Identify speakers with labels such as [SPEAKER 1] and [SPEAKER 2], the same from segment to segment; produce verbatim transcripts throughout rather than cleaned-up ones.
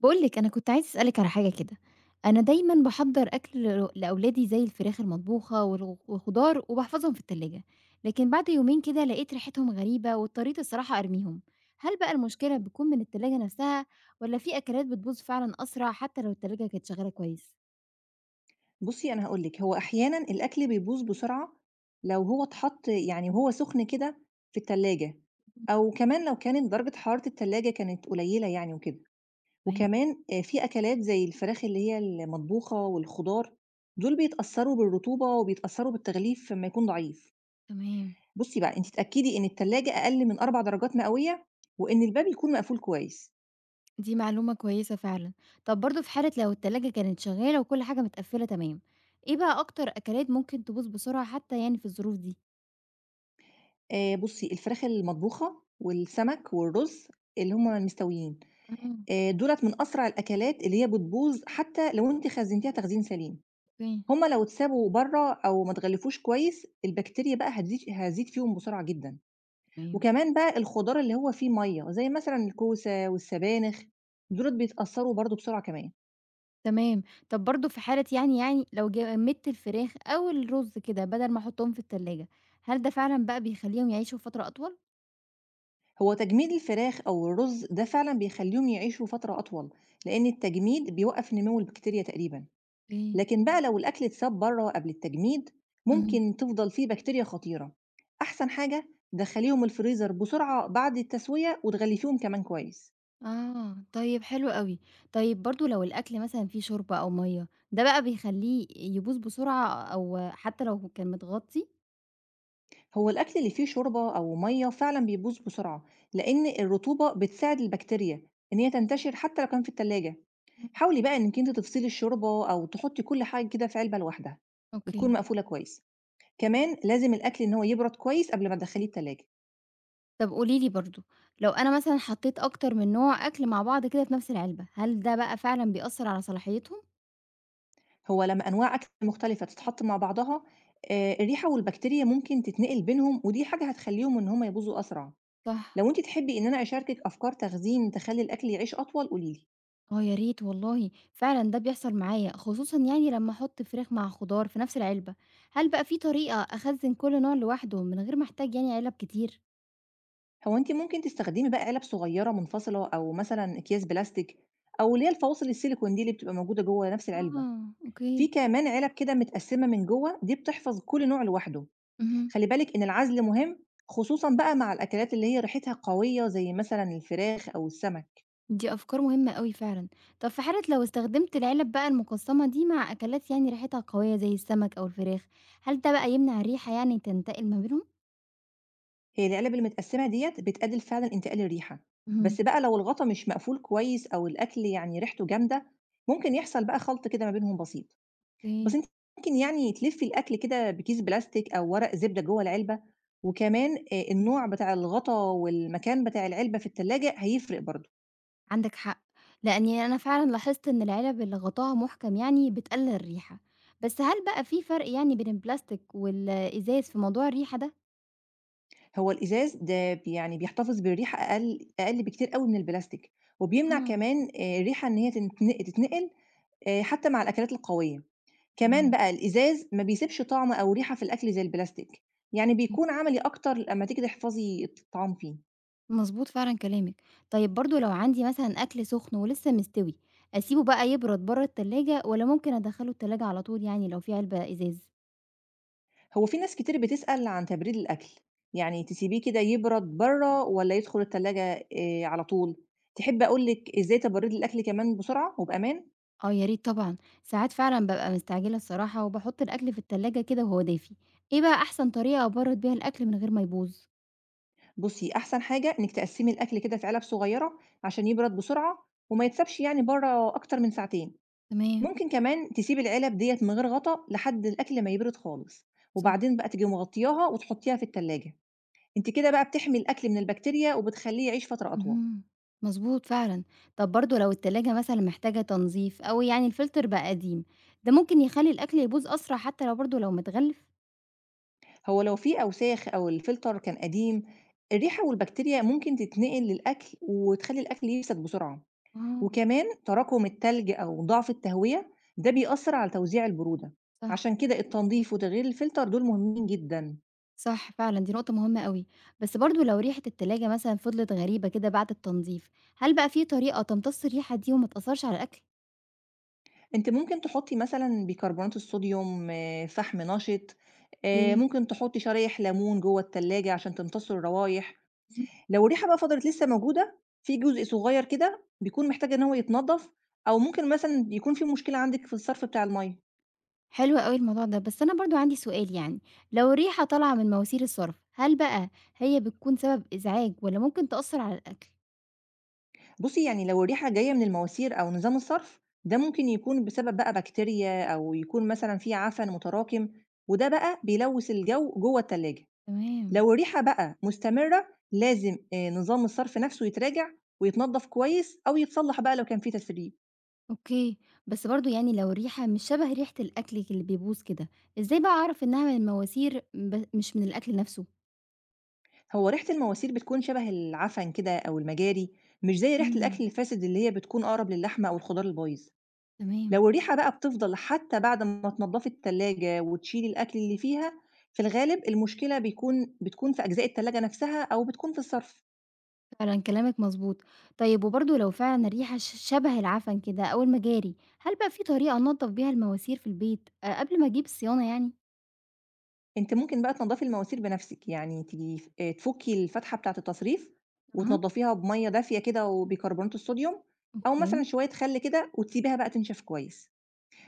[SPEAKER 1] باقول لِك أنا كنت عايزة أسألِك على حاجة كده، أنا دايمًا باحضّر أكل لأ- لأولادي زي الفراخ المطبوخة والغ والخضار وباحفظهم في التلاجة، لكن بعد يومين كده لقيت ريحتهم غريبة واضطريت الصراحة أرميهم، هل بقى المشكلة بتكون من التلاجة نفسها والّا في أكلات بتبوظ فعلًا أسرع حتى لو التلاجة كانت شغالة كويس؟
[SPEAKER 2] بُصّي، أنا هاقول لِك، هو أحيانًا الأكل بيبوظ بسرعة لو هو اتحط يعني وهو سُخن كده في التلاجة، أو كمان لو كانت درجة حرارة التلاجة كانت قليلة يعني وكده.
[SPEAKER 1] تمام،
[SPEAKER 2] وكمان آآ في أكلات زي الفراخ اللي هي المطبوخة والخضار، دول بيتأثّروا بالرطوبة وبيتأثّروا بالتغليف أمّا يكون ضعيف.
[SPEAKER 1] تمام،
[SPEAKER 2] بُصّي بقى، أنتِ اتأكدي إن التلاجة أقل من أربع درجات مئوية، وإن الباب يكون مقفول كويس.
[SPEAKER 1] دي معلومة كويسة فعلًا. طب برضه في حالة لو التلاجة كانت شغالة وكل حاجة متقفّلة تمام، إيه بقى أكتر أكلات ممكن تبوظ بسرعة حتى يعني في الظروف دي؟
[SPEAKER 2] آآ بُصّي، الفراخ المطبوخة والسمك والرز اللي هم مستويين.
[SPEAKER 1] آه،
[SPEAKER 2] آآ دُولة من أسرع الأكلات اللي هي بتبوظ حتى لو أنتِ خزّنتيها تخزين سليم.
[SPEAKER 1] أوكي.
[SPEAKER 2] هم لو اتسابوا برّه أو ما اتغلفوش كويس، البكتيريا بقى هتزيد هتزيد فيهم بسرعة جدًا.
[SPEAKER 1] تمام.
[SPEAKER 2] وكمان بقى الخضار اللي هو فيه مَيّة، زي مثلًا الكوسة والسبانخ، دُولة بيتأثّروا برضه بسرعة كمان.
[SPEAKER 1] تمام. طب برضه في حالة يعني يعني لو جمدت الفراخ أو الرز كده بدل ما أحطهم في التلاجة، هل ده فعلًا بقى بيخلّيهم يعيشوا فترة أطول؟
[SPEAKER 2] هو تجميد الفراخ أو الرز ده فعلًا بيخلّيهم يعيشوا فترة أطول، لإن التجميد بيوقّف نمو البكتيريا تقريبًا.
[SPEAKER 1] إيه؟
[SPEAKER 2] لكن بقى لو الأكل اتساب بره قبل التجميد،
[SPEAKER 1] اهم.
[SPEAKER 2] ممكن تفضل فيه بكتيريا خطيرة. أحسن حاجة دخليهم الفريزر بسرعة بعد التسوية، وتغلفيهم كمان كويس.
[SPEAKER 1] آه، طيب حلو أوي. طيب برضه لو الأكل مثلًا فيه شوربة أو مَيّة، ده بقى بيخلّيه يبوظ بسرعة أو حتى لو كان متغطي؟
[SPEAKER 2] هو الأكل اللي فيه شوربة أو مية فعلا بيبوظ بسرعة، لأن الرطوبة بتساعد البكتيريا إن هي تنتشر حتى لو كان في التلاجة.
[SPEAKER 1] إمم،
[SPEAKER 2] حاولي بقى إنك أنت تفصلي الشوربة، أو تحطي كل حاجة كده في علبة لوحدها وتكون
[SPEAKER 1] أوكي.
[SPEAKER 2] مقفولة كويس. كمان لازم الأكل إن هو يبرد كويس قبل ما تدخليه التلاجة.
[SPEAKER 1] طب قولي لي برضه، لو أنا مثلًا حطيت أكتر من نوع أكل مع بعض كده في نفس العلبة، هل ده بقى فعلًا بيأثّر على صلاحيتهم؟
[SPEAKER 2] هو لمّا أنواع أكل مختلفة تتحط مع بعضها، آآ الريحة والبكتيريا ممكن تتنقل بينهم، ودي حاجة هتخلّيهم إن هم يبوظوا أسرع.
[SPEAKER 1] صح.
[SPEAKER 2] لو أنتِ تحبي إن أنا أشاركِك أفكار تخزين تخلّي الأكل يعيش أطول، قولي لي.
[SPEAKER 1] آه يا ريت والله، فعلًا ده بيحصل معايا، خصوصًا يعني لمّا أحُط فراخ مع خضار في نفس العلبة، هل بقى في طريقة أخزّن كل نوع لوحده من غير ما أحتاج يعني علب كتير؟
[SPEAKER 2] هو أنتِ ممكن تستخدمي بقى علب صغيرة منفصلة، أو مثلًا أكياس بلاستيك، أو اللي هي الفواصل السيليكون دي اللي بتبقى موجودة جوّه نفس العلبة.
[SPEAKER 1] آه،
[SPEAKER 2] في
[SPEAKER 1] أوكي.
[SPEAKER 2] كمان علب كده متقسّمة من جوّه، دي بتحفظ كل نوع لوحده.
[SPEAKER 1] اهم،
[SPEAKER 2] خلّي بالِك إن العزل مهم، خصوصًا بقى مع الأكلات اللي هي ريحتها قوية، زي مثلًا الفراخ أو السمك.
[SPEAKER 1] دي أفكار مهمة أوي فعلًا. طب في حالة لو استخدمت العلب بقى المقسّمة دي مع أكلات يعني ريحتها قوية زي السمك أو الفراخ، هل ده بقى يمنع الريحة يعني تنتقل ما بينهم؟
[SPEAKER 2] هي العلب المتقسمة ديّة بتقلل فعلًا انتقال الريحة،
[SPEAKER 1] اهم،
[SPEAKER 2] بس بقى لو الغطا مش مقفول كويس أو الأكل يعني ريحته جامدة، ممكن يحصل بقى خلط كده ما بينهم بسيط. بس
[SPEAKER 1] أوكي.
[SPEAKER 2] أنتِ ممكن يعني تلفي الأكل كده بكيس بلاستيك أو ورق زبدة جوه العلبة، وكمان آآ
[SPEAKER 1] إمم.
[SPEAKER 2] النوع بتاع الغطا والمكان بتاع العلبة في التلاجة هيفرق برضه.
[SPEAKER 1] عندك حق، لأني أنا فعلًا لاحظت إن العلب اللي غطاها محكم يعني بتقلل الريحة، بس هل بقى في فرق يعني بين البلاستيك والإزاز في موضوع الريحة ده؟
[SPEAKER 2] هو الإزاز ده ب يعني بيحتفظ بالريحة أقل أقل بكتير أوي من البلاستيك، وبيمنع
[SPEAKER 1] إمم،
[SPEAKER 2] كمان آآ الريحة إن هي تتن تتنقل آآ حتى مع الأكلات القوية. كمان
[SPEAKER 1] تمام،
[SPEAKER 2] بقى الإزاز ما بيسيبش طعم أو ريحة في الأكل زي البلاستيك، يعني
[SPEAKER 1] فهمت.
[SPEAKER 2] بيكون عملي أكتر لمّا تيجي تحفظي الطعام فيه.
[SPEAKER 1] مظبوط فعلًا كلامك، طيب برضه لو عندي مثلًا أكل سخن ولسه مستوي، أسيبه بقى يبرد برّه التلاجة والّا ممكن أدخله التلاجة على طول يعني لو في علبة إزاز؟
[SPEAKER 2] هو في ناس كتير بتسأل عن تبريد الأكل، يعني تسيبيه كده يبرد بره ولا يدخل التلاجة آآ على طول؟ تحبي أقول لِك إزاي تبرّدي الأكل كمان بسرعة وبأمان؟
[SPEAKER 1] آه يا ريت طبعًا، ساعات فعلًا بابقى مستعجلة الصراحة وباحط الأكل في التلاجة كده وهو دافي، إيه بقى أحسن طريقة أبرد بيها الأكل من غير ما يبوظ؟
[SPEAKER 2] بُصّي، أحسن حاجة إنِّك تقسّمي الأكل كده في علب صغيرة عشان يبرد بسرعة، وما يتسابش يعني بره أكتر من ساعتين.
[SPEAKER 1] تمام،
[SPEAKER 2] ممكن كمان تسيب العلب ديّة من غير غطا لحد الأكل ما يبرد خالص،
[SPEAKER 1] صح.
[SPEAKER 2] وبعدين بقى تيجي مغطياها وتحطيها في التلاجة. أنتِ كده بقى بتحمي الأكل من البكتيريا، وبتخلّيه يعيش فترة أطول.
[SPEAKER 1] اهم، مضبوط فعلًا. طب برضه لو التلاجة مثلًا محتاجة تنظيف أو يعني الفلتر بقى قديم، ده ممكن يخلّي الأكل يبوظ أسرع حتى لو برضه لو متغلف؟
[SPEAKER 2] هو لو في أوساخ أو الفلتر كان قديم، الريحة والبكتيريا ممكن تتنقل للأكل وتخلّي الأكل يفسد بسرعة.
[SPEAKER 1] آه،
[SPEAKER 2] وكمان تراكم التلج أو ضعف التهوية ده بيأثّر على توزيع البرودة،
[SPEAKER 1] صح،
[SPEAKER 2] عشان كده التنضيف وتغيير الفلتر دول مهمين جدًا.
[SPEAKER 1] صح فعلًا دي نقطة مهمة أوي. بس برضه لو ريحة التلاجة مثلًا فضلت غريبة كده بعد التنظيف، هل بقى في طريقة تمتص الريحة دي وما تأثّرش على الأكل؟
[SPEAKER 2] أنتِ ممكن تحطّي مثلًا بيكربونات الصوديوم، آه، فحم نشِط، آآ
[SPEAKER 1] أوكي.
[SPEAKER 2] ممكن تحطّي شرايح ليمون جوّه التلاجة عشان تمتص الروايح.
[SPEAKER 1] إمم،
[SPEAKER 2] لو الريحة بقى فضلت لسه موجودة، في جزء صغيّر كده بيكون محتاج إن هو يتنضّف، أو ممكن مثلًا يكون في مشكلة عندِك في الصرف بتاع المَيّة.
[SPEAKER 1] حلو أوي الموضوع ده. بس أنا برضه عندي سؤال يعني، لو الريحة طالعة من مواسير الصرف، هل بقى هي بتكون سبب إزعاج والّا ممكن تأثّر على الأكل؟
[SPEAKER 2] بُصّي، يعني لو الريحة جاية من المواسير أو نظام الصرف، ده ممكن يكون بسبب بقى بكتيريا، أو يكون مثلًا في عفن متراكم، وده بقى بيلوّث الجو جوّه التلاجة.
[SPEAKER 1] تمام.
[SPEAKER 2] لو الريحة بقى مستمرة، لازم آآ نظام الصرف نَفْسه يتراجع ويتنضّف كويس، أو يتصلّح بقى لو كان في تسريب.
[SPEAKER 1] أوكي، بس برضه يعني لو الريحة مش شبه ريحة الأكل اللي بيبوظ كده، إزاي بقى أعرف إنها من المواسير ب مش من الأكل نفسه؟
[SPEAKER 2] هو ريحة المواسير بتكون شبه العفن كده أو المجاري، مش زي ريحة الأكل
[SPEAKER 1] امم،
[SPEAKER 2] الفاسد اللي هي بتكون أقرب للحمة أو الخضار البايظ.
[SPEAKER 1] تمام.
[SPEAKER 2] لو الريحة بقى بتفضل حتى بعد ما تنضّفي التلاجة وتشيلي الأكل اللي فيها، في الغالب المشكلة بيكون بتكون في أجزاء التلاجة نَفْسها، أو بتكون في الصرف.
[SPEAKER 1] فعلًا كلامك مضبوط. طيب وبرضه لو فعلًا الريحة ش شبه العفن كده أو المجاري، هل بقى في طريقة أنضف بيها المواسير في البيت أ قبل ما أجيب الصيانة يعني؟
[SPEAKER 2] أنتِ ممكن بقى تنضّفي المواسير بنفسِك، يعني تجيبي ف آآ تفُكّي الفتحة بتاعة التصريف
[SPEAKER 1] أها،
[SPEAKER 2] وتنضّفيها بمَيّة دافية كده وبيكربونات الصوديوم، أو
[SPEAKER 1] أوكي،
[SPEAKER 2] مثلًا
[SPEAKER 1] تمام.
[SPEAKER 2] شوية خَل كده، وتسيبيها بقى تنشف كويس.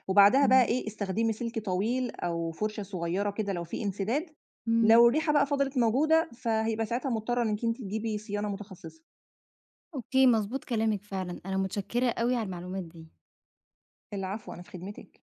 [SPEAKER 2] وبعدها بقى
[SPEAKER 1] امم.
[SPEAKER 2] إيه، استخدمي سلك طويل أو فُرشة صغيّرة كده لو في انسداد.
[SPEAKER 1] إمم،
[SPEAKER 2] لو الريحة بقى فضلت موجودة، فهيبقى ساعتها مضطرة إنِّك أنتِ تجيبي صيانة متخصصة.
[SPEAKER 1] أوكي، مضبوط كلامك فعلًا، أنا متشكرة أوي على المعلومات دي.
[SPEAKER 2] العفو، أنا في خدمتِك.